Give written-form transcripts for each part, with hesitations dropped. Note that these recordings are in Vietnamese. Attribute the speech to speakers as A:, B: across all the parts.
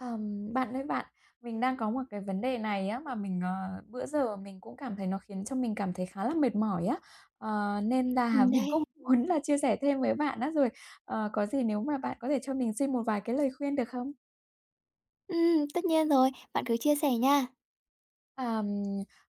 A: Bạn ơi bạn, mình đang có một cái vấn đề này á mà mình, bữa giờ mình cũng cảm thấy nó khiến cho mình cảm thấy khá là mệt mỏi á, nên là mình
B: Đấy.
A: cũng muốn là chia sẻ thêm với bạn á, rồi, có gì nếu mà bạn có thể cho mình xin một vài cái lời khuyên được không?
B: Tất nhiên rồi, bạn cứ chia sẻ nha.
A: À,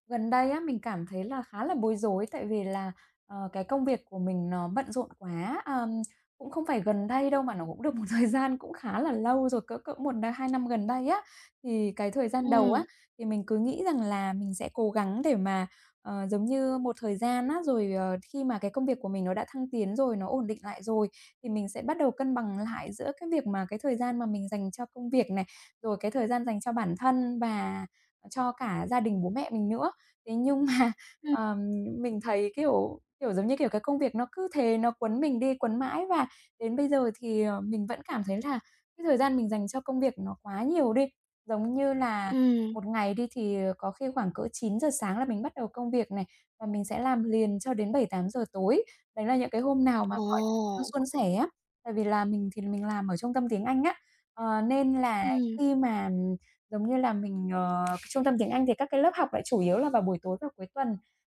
A: gần đây á, mình cảm thấy là khá là bối rối tại vì là, cái công việc của mình nó bận rộn quá. Cũng không phải gần đây đâu mà nó cũng được một thời gian cũng khá là lâu rồi, cỡ cỡ 1-2 năm gần đây á. Thì cái thời gian đầu
B: Ừm,
A: á, thì mình cứ nghĩ rằng là mình sẽ cố gắng để mà, giống như, một thời gian á, rồi, khi mà cái công việc của mình nó đã thăng tiến rồi, nó ổn định lại rồi, thì mình sẽ bắt đầu cân bằng lại giữa cái việc mà cái thời gian mà mình dành cho công việc này, rồi cái thời gian dành cho bản thân và cho cả gia đình bố mẹ mình nữa. Thế nhưng mà,
B: ừm,
A: ờm, mình thấy, kiểu, kiểu, giống như kiểu, cái công việc nó cứ thế nó quấn mình đi, quấn mãi và đến bây giờ thì, mình vẫn cảm thấy là cái thời gian mình dành cho công việc nó quá nhiều đi. Giống như là
B: ừm.
A: một ngày đi thì có khi khoảng cỡ 9 giờ sáng là mình bắt đầu công việc này, và mình sẽ làm liền cho đến 7-8 giờ tối. Đấy là những cái hôm nào mà mọi thứ nó
B: Ồ!
A: suôn sẻ á, tại vì là mình thì mình làm ở trung tâm tiếng Anh á, nên là
B: Ừm,
A: khi mà giống như là mình, cái trung tâm tiếng Anh thì các cái lớp học lại chủ yếu là vào buổi tối và cuối tuần.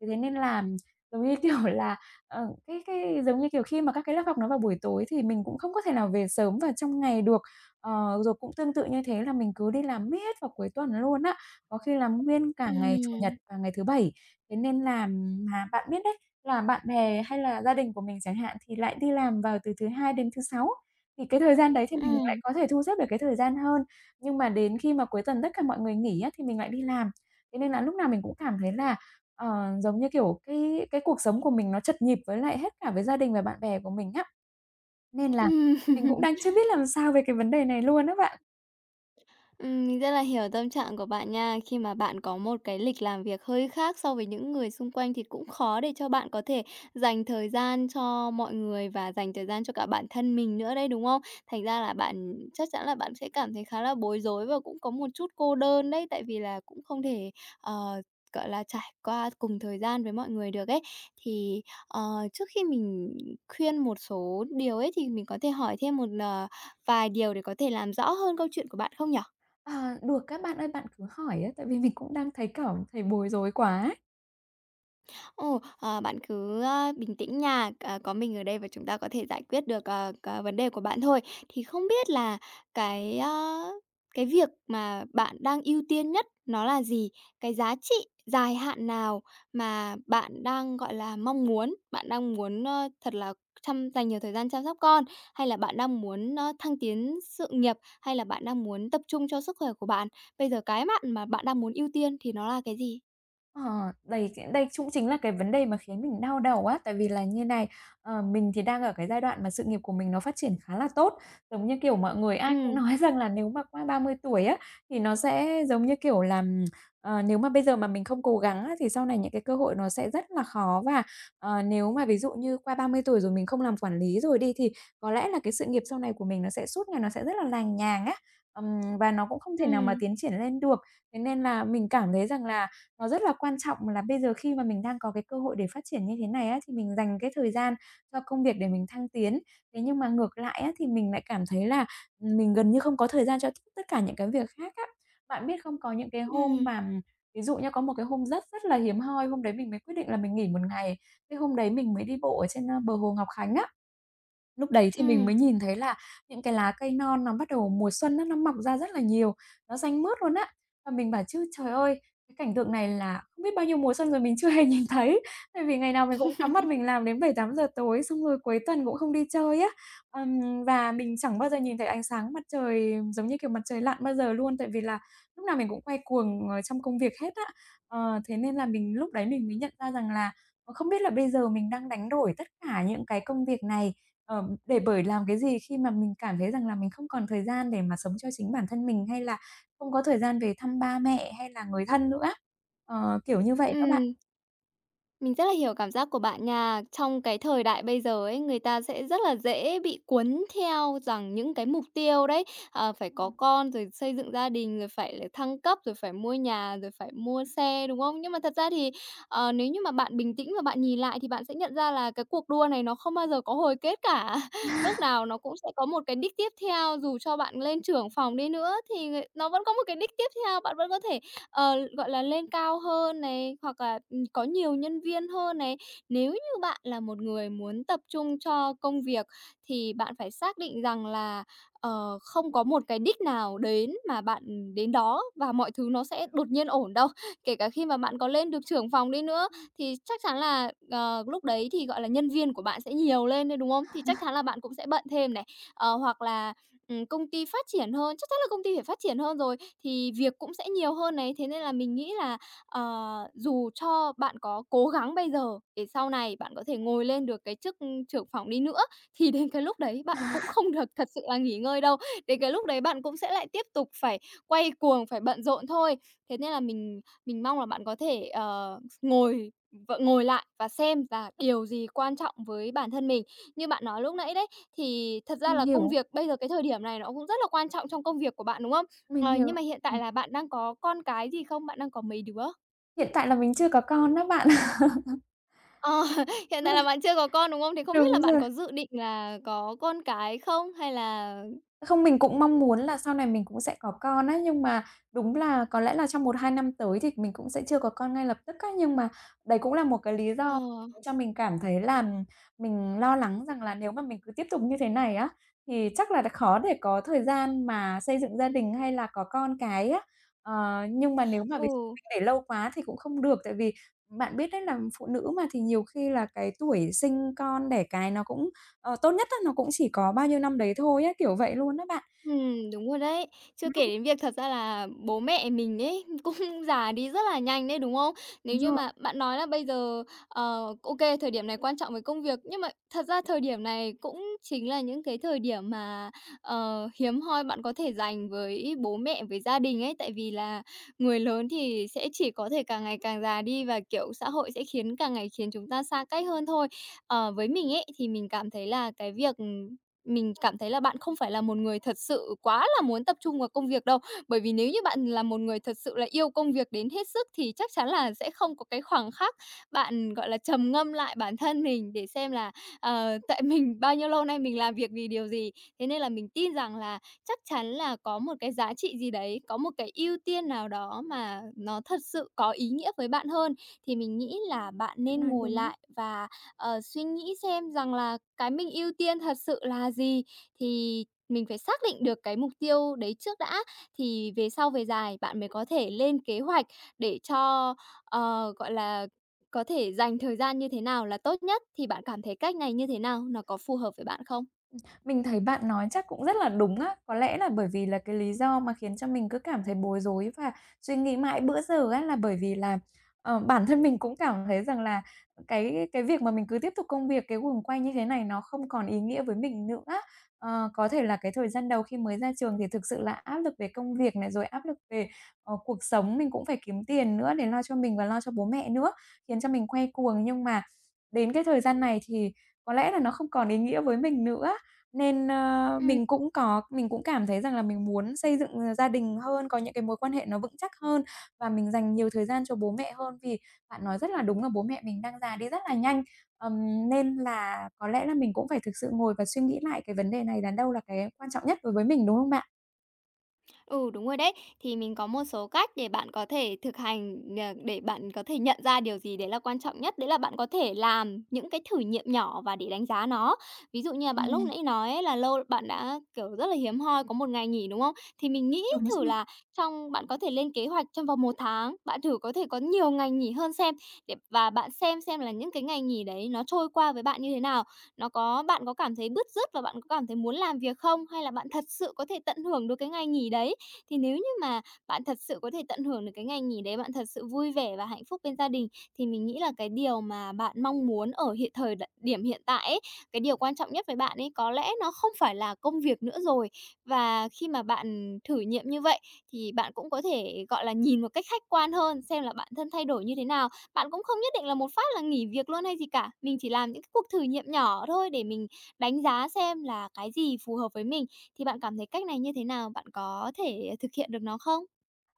A: Thế thế nên là, giống như kiểu là, cái giống như kiểu, khi mà các cái lớp học nó vào buổi tối thì mình cũng không có thể nào về sớm vào trong ngày được. Rồi cũng tương tự như thế là mình cứ đi làm miết vào cuối tuần luôn á, có khi là nguyên cả ngày Chủ
B: ừm,
A: nhật và ngày thứ Bảy. Thế nên là mà bạn biết đấy, là bạn bè hay là gia đình của mình chẳng hạn thì lại đi làm vào từ thứ Hai đến thứ Sáu, thì cái thời gian đấy thì mình lại
B: ừm,
A: có thể thu xếp được cái thời gian hơn. Nhưng mà đến khi mà cuối tuần tất cả mọi người nghỉ á, thì mình lại đi làm. Thế nên là lúc nào mình cũng cảm thấy là, giống như kiểu, cái cuộc sống của mình nó chật nhịp với lại hết cả với gia đình và bạn bè của mình á. Nên là
B: ừm.
A: mình cũng đang chưa biết làm sao về cái vấn đề này luôn á bạn.
B: Mình rất là hiểu tâm trạng của bạn nha. Khi mà bạn có một cái lịch làm việc hơi khác so với những người xung quanh thì cũng khó để cho bạn có thể dành thời gian cho mọi người và dành thời gian cho cả bản thân mình nữa đấy, đúng không? Thành ra là bạn chắc chắn là bạn sẽ cảm thấy khá là bối rối và cũng có một chút cô đơn đấy, tại vì là cũng không thể, ờ, gọi là, trải qua cùng thời gian với mọi người được ấy. Thì, ờ, trước khi mình khuyên một số điều ấy thì mình có thể hỏi thêm một, vài điều để có thể làm rõ hơn câu chuyện của bạn không nhỉ?
A: Ờ, được á, bạn ơi, bạn cứ hỏi á, tại vì mình cũng đang thấy cảm thấy bối rối quá.
B: Ồ, bạn cứ, bình tĩnh nha, có mình ở đây và chúng ta có thể giải quyết được, vấn đề của bạn thôi. Thì không biết là cái, a, cái việc mà bạn đang ưu tiên nhất nó là gì? Cái giá trị dài hạn nào mà bạn đang, gọi là, mong muốn? Bạn đang muốn, thật là chăm dành nhiều thời gian chăm sóc con, hay là bạn đang muốn, thăng tiến sự nghiệp, hay là bạn đang muốn tập trung cho sức khỏe của bạn? Bây giờ cái bạn mà bạn đang muốn ưu tiên thì nó là cái gì?
A: Đây cũng chính là cái vấn đề mà khiến mình đau đầu á, tại vì là như này, mình thì đang ở cái giai đoạn mà sự nghiệp của mình nó phát triển khá là tốt. Giống như kiểu, mọi người ai cũng
B: Ừ,
A: nói rằng là nếu mà qua 30 tuổi á, thì nó sẽ giống như kiểu là, nếu mà bây giờ mà mình không cố gắng á, thì sau này những cái cơ hội nó sẽ rất là khó. Và, nếu mà ví dụ như qua 30 tuổi rồi mình không làm quản lý rồi đi, thì có lẽ là cái sự nghiệp sau này của mình nó sẽ suốt ngày nó sẽ rất là làng nhàng á, và nó cũng không thể nào mà
B: ừ,
A: tiến triển lên được. Thế nên là mình cảm thấy rằng là nó rất là quan trọng là bây giờ khi mà mình đang có cái cơ hội để phát triển như thế này á, thì mình dành cái thời gian cho công việc để mình thăng tiến. Thế nhưng mà ngược lại á, thì mình lại cảm thấy là, mình gần như không có thời gian cho tất cả những cái việc khác á. Bạn biết không, có những cái hôm
B: ừ.
A: mà ví dụ như có một cái hôm rất rất là hiếm hoi, hôm đấy mình mới quyết định là mình nghỉ một ngày, cái hôm đấy mình mới đi bộ ở trên, bờ hồ Ngọc Khánh á. Lúc đấy thì mình
B: Ừ,
A: mới nhìn thấy là những cái lá cây non nó bắt đầu mùa xuân á, nó mọc ra rất là nhiều, nó xanh mướt luôn á. Và mình bảo chứ "Trời ơi, cái cảnh tượng này là không biết bao nhiêu mùa xuân rồi mình chưa hề nhìn thấy." Tại vì ngày nào mình cũng cắm mặt mình làm đến 7-8 giờ tối, xong rồi cuối tuần cũng không đi chơi á. Và mình chẳng bao giờ nhìn thấy ánh sáng mặt trời giống như kiểu mặt trời lặn bao giờ luôn, tại vì là lúc nào mình cũng quay cuồng, trong công việc hết á. Thế nên là mình lúc đấy mình mới nhận ra rằng là không biết là bây giờ mình đang đánh đổi tất cả những cái công việc này, để bởi làm cái gì khi mà mình cảm thấy rằng là mình không còn thời gian để mà sống cho chính bản thân mình, hay là không có thời gian về thăm ba mẹ hay là người thân nữa. Kiểu như vậy các bạn.
B: ừ. Mình rất là hiểu cảm giác của bạn nha. Trong cái thời đại bây giờ ấy, người ta sẽ rất là dễ bị cuốn theo rằng những cái mục tiêu đấy, phải có
A: Ừm,
B: con, rồi xây dựng gia đình, rồi phải là thăng cấp, rồi phải mua nhà, rồi phải mua xe, đúng không? Nhưng mà thật ra thì, nếu như mà bạn bình tĩnh và bạn nhìn lại thì bạn sẽ nhận ra là cái cuộc đua này nó không bao giờ có hồi kết cả. Lúc nào nó cũng sẽ có một cái đích tiếp theo, dù cho bạn lên trưởng phòng đi nữa thì người nó vẫn có một cái đích tiếp theo, bạn vẫn có thể, gọi là, lên cao hơn này, hoặc là có nhiều nhân viên hơn này. Nếu như bạn là một người muốn tập trung cho công việc thì bạn phải xác định rằng là, không có một cái đích nào đến mà bạn đến đó và mọi thứ nó sẽ đột nhiên ổn đâu. Kể cả khi mà bạn có lên được trưởng phòng đi nữa thì chắc chắn là, lúc đấy thì, gọi là, nhân viên của bạn sẽ nhiều lên đấy, đúng không? Thì chắc chắn là bạn cũng sẽ bận thêm này. Hoặc là, công ty phát triển hơn, chắc chắn là công ty phải phát triển hơn rồi thì việc cũng sẽ nhiều hơn này. Thế nên là mình nghĩ là Ờ, dù cho bạn có cố gắng bây giờ để sau này bạn có thể ngồi lên được cái chức, trưởng phòng đi nữa, thì đến cái lúc đấy bạn cũng không được thật sự là nghỉ ngơi đâu. Đến cái lúc đấy bạn cũng sẽ lại tiếp tục phải quay cuồng, phải bận rộn thôi. Thế nên là mình mong là bạn có thể, ngồi lại và xem là điều gì quan trọng với bản thân mình. Như bạn nói lúc nãy đấy, thì thật ra
A: Mình
B: là công
A: hiểu,
B: việc bây giờ cái thời điểm này nó cũng rất là quan trọng trong công việc của bạn, đúng không?
A: mình
B: Nhưng
A: hiểu.
B: mà hiện tại
A: Ừm.
B: là bạn đang có con cái gì không? Bạn đang có mấy đứa?
A: Hiện tại là mình chưa có con đó bạn.
B: Ờ, hiện tại là bạn chưa có con, đúng không? Thì không biết là
A: Đúng
B: bạn
A: rồi.
B: có dự định là có con cái không? Hay là?
A: Không, mình cũng mong muốn là sau này mình cũng sẽ có con á, nhưng mà đúng là có lẽ là trong 1-2 năm tới thì mình cũng sẽ chưa có con ngay lập tức á. Nhưng mà đấy cũng là một cái lý
B: Ờ,
A: do khiến cho mình cảm thấy là mình lo lắng rằng là nếu mà mình cứ tiếp tục như thế này á, thì chắc là đã khó để có thời gian mà xây dựng gia đình hay là có con cái á. Nhưng mà nếu mà ví dụ
B: ừ.
A: mình để lâu quá thì cũng không được, tại vì bạn biết đấy là phụ nữ mà thì nhiều khi là cái tuổi sinh con đẻ cái nó cũng tốt nhất á, nó cũng chỉ có bao nhiêu năm đấy thôi á, kiểu vậy luôn á bạn.
B: Đúng rồi đấy. Chưa kể
A: Lúc
B: đến việc thật ra là bố mẹ mình ấy cũng già đi rất là nhanh đấy, đúng không? Nếu
A: Đúng
B: như
A: rồi,
B: mà bạn nói là bây giờ, ờ, ô thời điểm này quan trọng với công việc, nhưng mà thật ra thời điểm này cũng chính là những cái thời điểm mà, hiếm hoi bạn có thể dành với bố mẹ, với gia đình ấy. Tại vì là người lớn thì sẽ chỉ có thể càng ngày càng già đi và, kiểu, xã hội sẽ khiến càng ngày khiến chúng ta xa cách hơn thôi. Với mình ấy, thì mình cảm thấy là bạn không phải là một người thật sự quá là muốn tập trung vào công việc đâu. Bởi vì nếu như bạn là một người thật sự là yêu công việc đến hết sức thì chắc chắn là sẽ không có cái khoảng khắc bạn, gọi là, trầm ngâm lại bản thân mình để xem là, tại mình bao nhiêu lâu nay mình làm việc vì điều gì. Thế nên là mình tin rằng là chắc chắn là có một cái giá trị gì đấy, có một cái ưu tiên nào đó mà nó thật sự có ý nghĩa với bạn hơn. Thì mình nghĩ là bạn
A: bạn
B: nên
A: nói
B: ngồi
A: đúng.
B: lại và suy nghĩ xem rằng là cái mình ưu tiên thật sự là gì, thì mình phải xác định được cái mục tiêu đấy trước đã, thì về sau về dài bạn mới có thể lên kế hoạch để cho, gọi là, có thể dành thời gian như thế nào là tốt nhất. Thì bạn cảm thấy cách này như thế nào? Nó có phù hợp với bạn không?
A: Mình thấy bạn nói chắc cũng rất là đúng á. Có lẽ là bởi vì là cái lý do mà khiến cho mình cứ cảm thấy bối rối và suy nghĩ mãi bữa giờ á, là bởi vì là, bản thân mình cũng cảm thấy rằng là cái việc mà mình cứ tiếp tục công việc, cái guồng quay như thế này nó không còn ý nghĩa với mình nữa. Có thể là cái thời gian đầu khi mới ra trường thì thực sự là áp lực về công việc này, rồi áp lực về, cuộc sống, mình cũng phải kiếm tiền nữa để lo cho mình và lo cho bố mẹ nữa, khiến cho mình quay cuồng. Nhưng mà đến cái thời gian này thì có lẽ là nó không còn ý nghĩa với mình nữa. Nên, ơ,
B: Ừm.
A: mình cũng có mình cũng cảm thấy rằng là mình muốn xây dựng, gia đình hơn, có những cái mối quan hệ nó vững chắc hơn và mình dành nhiều thời gian cho bố mẹ hơn. Vì bạn nói rất là đúng là bố mẹ mình đang già đi rất là nhanh, nên là có lẽ là mình cũng phải thực sự ngồi và suy nghĩ lại cái vấn đề này là đâu là cái quan trọng nhất đối với mình, đúng không bạn?
B: Ừ, đúng rồi đấy. Thì mình có một số cách để bạn có thể thực hành, để bạn có thể nhận ra điều gì đấy là quan trọng nhất, đấy là bạn có thể làm những cái thử nghiệm nhỏ và để đánh giá nó. Ví dụ như là
A: À,
B: bạn lúc nãy nói ấy là lâu bạn đã, kiểu, rất là hiếm hoi có một ngày nghỉ, đúng không? Thì mình nghĩ
A: đúng
B: thử
A: rồi.
B: là trong bạn có thể lên kế hoạch trong vòng một tháng, bạn thử có thể có nhiều ngày nghỉ hơn xem để và bạn xem là những cái ngày nghỉ đấy nó trôi qua với bạn như thế nào. Nó có bạn có cảm thấy bứt rứt và bạn có cảm thấy muốn làm việc không? Hay là bạn thật sự có thể tận hưởng được cái ngày nghỉ đấy? Thì nếu như mà bạn thật sự có thể tận hưởng được cái ngày nghỉ đấy, bạn thật sự vui vẻ và hạnh phúc bên gia đình thì mình nghĩ là cái điều mà bạn mong muốn ở hiện thời điểm hiện tại ấy, cái điều quan trọng nhất với bạn ấy có lẽ nó không phải là công việc nữa rồi. Và khi mà bạn thử nghiệm như vậy thì bạn cũng có thể, gọi là, nhìn một cách khách quan hơn xem là bản thân thay đổi như thế nào. Bạn cũng không nhất định là một phát là nghỉ việc luôn hay gì cả. Mình chỉ làm những cái cuộc thử nghiệm nhỏ thôi để mình đánh giá xem là cái gì phù hợp với mình. Thì bạn cảm thấy cách này như thế nào? Bạn có thể thực hiện được nó không?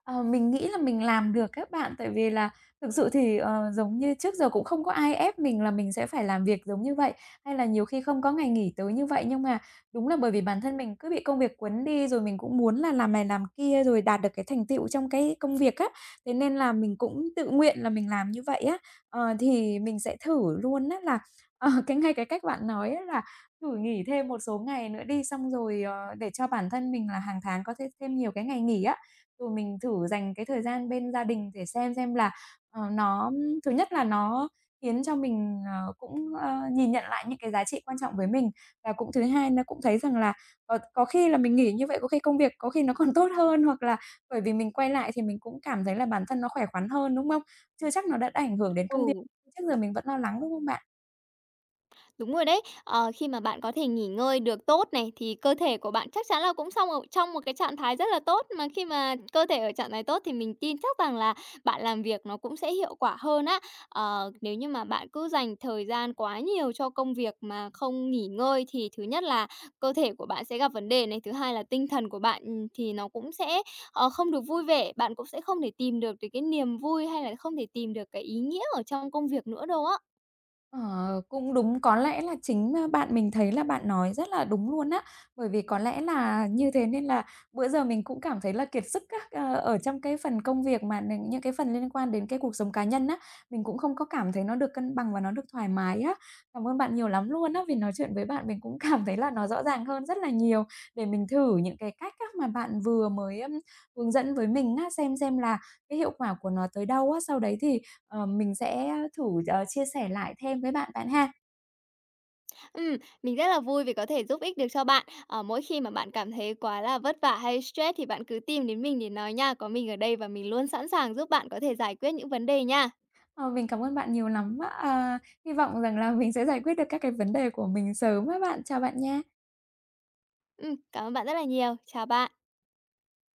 A: Ờ, mình nghĩ là mình làm được các bạn, tại vì là thực sự thì, giống như trước giờ cũng không có ai ép mình là mình sẽ phải làm việc giống như vậy, hay là nhiều khi không có ngày nghỉ tới như vậy. Nhưng mà đúng là bởi vì bản thân mình cứ bị công việc cuốn đi, rồi mình cũng muốn là làm này làm kia, rồi đạt được cái thành tựu trong cái công việc á, thế nên là mình cũng tự nguyện là mình làm như vậy á. Thì mình sẽ thử luôn á là, ờ, cái ngay cái cách bạn nói á là thử nghỉ thêm một số ngày nữa đi, xong rồi, để cho bản thân mình là hàng tháng có thêm thêm nhiều cái ngày nghỉ á, rồi mình thử dành cái thời gian bên gia đình để xem là, ờ, nó thứ nhất là nó khiến cho mình, cũng, nhìn nhận lại những cái giá trị quan trọng với mình. Và cũng thứ hai nó cũng thấy rằng là, có khi là mình nghỉ như vậy, có khi công việc có khi nó còn tốt hơn, hoặc là bởi vì mình quay lại thì mình cũng cảm thấy là bản thân nó khỏe khoắn hơn, đúng không? Chưa chắc nó đã ảnh hưởng đến công việc,
B: Ừ.
A: trước giờ mình vẫn lo lắng, đúng không bạn?
B: Đúng rồi đấy. Ờ, khi mà bạn có thể nghỉ ngơi được tốt này thì cơ thể của bạn chắc chắn là cũng xong ở trong một cái trạng thái rất là tốt, mà khi mà cơ thể ở trạng thái tốt thì mình tin chắc rằng là bạn làm việc nó cũng sẽ hiệu quả hơn á. Nếu như mà bạn cứ dành thời gian quá nhiều cho công việc mà không nghỉ ngơi thì thứ nhất là cơ thể của bạn sẽ gặp vấn đề này, thứ hai là tinh thần của bạn, thì nó cũng sẽ, không được vui vẻ, bạn cũng sẽ không thể tìm được được cái niềm vui hay là không thể tìm được cái ý nghĩa ở trong công việc nữa đâu á.
A: Ờ, cũng đúng, có lẽ là chính, bạn mình thấy là bạn nói rất là đúng luôn á. Bởi vì có lẽ là như thế nên là bữa giờ mình cũng cảm thấy là kiệt sức á, ở trong cái phần công việc mà những cái phần liên quan đến cái cuộc sống cá nhân á, mình cũng không có cảm thấy nó được cân bằng và nó được thoải mái á. Cảm ơn bạn nhiều lắm luôn á, vì nói chuyện với bạn mình cũng cảm thấy là nó rõ ràng hơn rất là nhiều, để mình thử những cái cách á mà bạn vừa mới, hướng dẫn với mình á, xem là cái hiệu quả của nó tới đâu á. Sau đấy thì mình sẽ thử, chia sẻ lại thêm với bạn bạn ha.
B: Ừm, mình rất là vui vì có thể giúp ích được cho bạn. Ờ, mỗi khi mà bạn cảm thấy quá là vất vả hay stress thì bạn cứ tìm đến mình để nói nha. Có mình ở đây và mình luôn sẵn sàng giúp bạn có thể giải quyết những vấn đề nha.
A: Ờ, mình cảm ơn bạn nhiều lắm. Ờ, hy vọng rằng là mình sẽ giải quyết được các cái vấn đề của mình sớm á bạn. Chào bạn nha.
B: Cảm ơn bạn rất là nhiều. Chào bạn.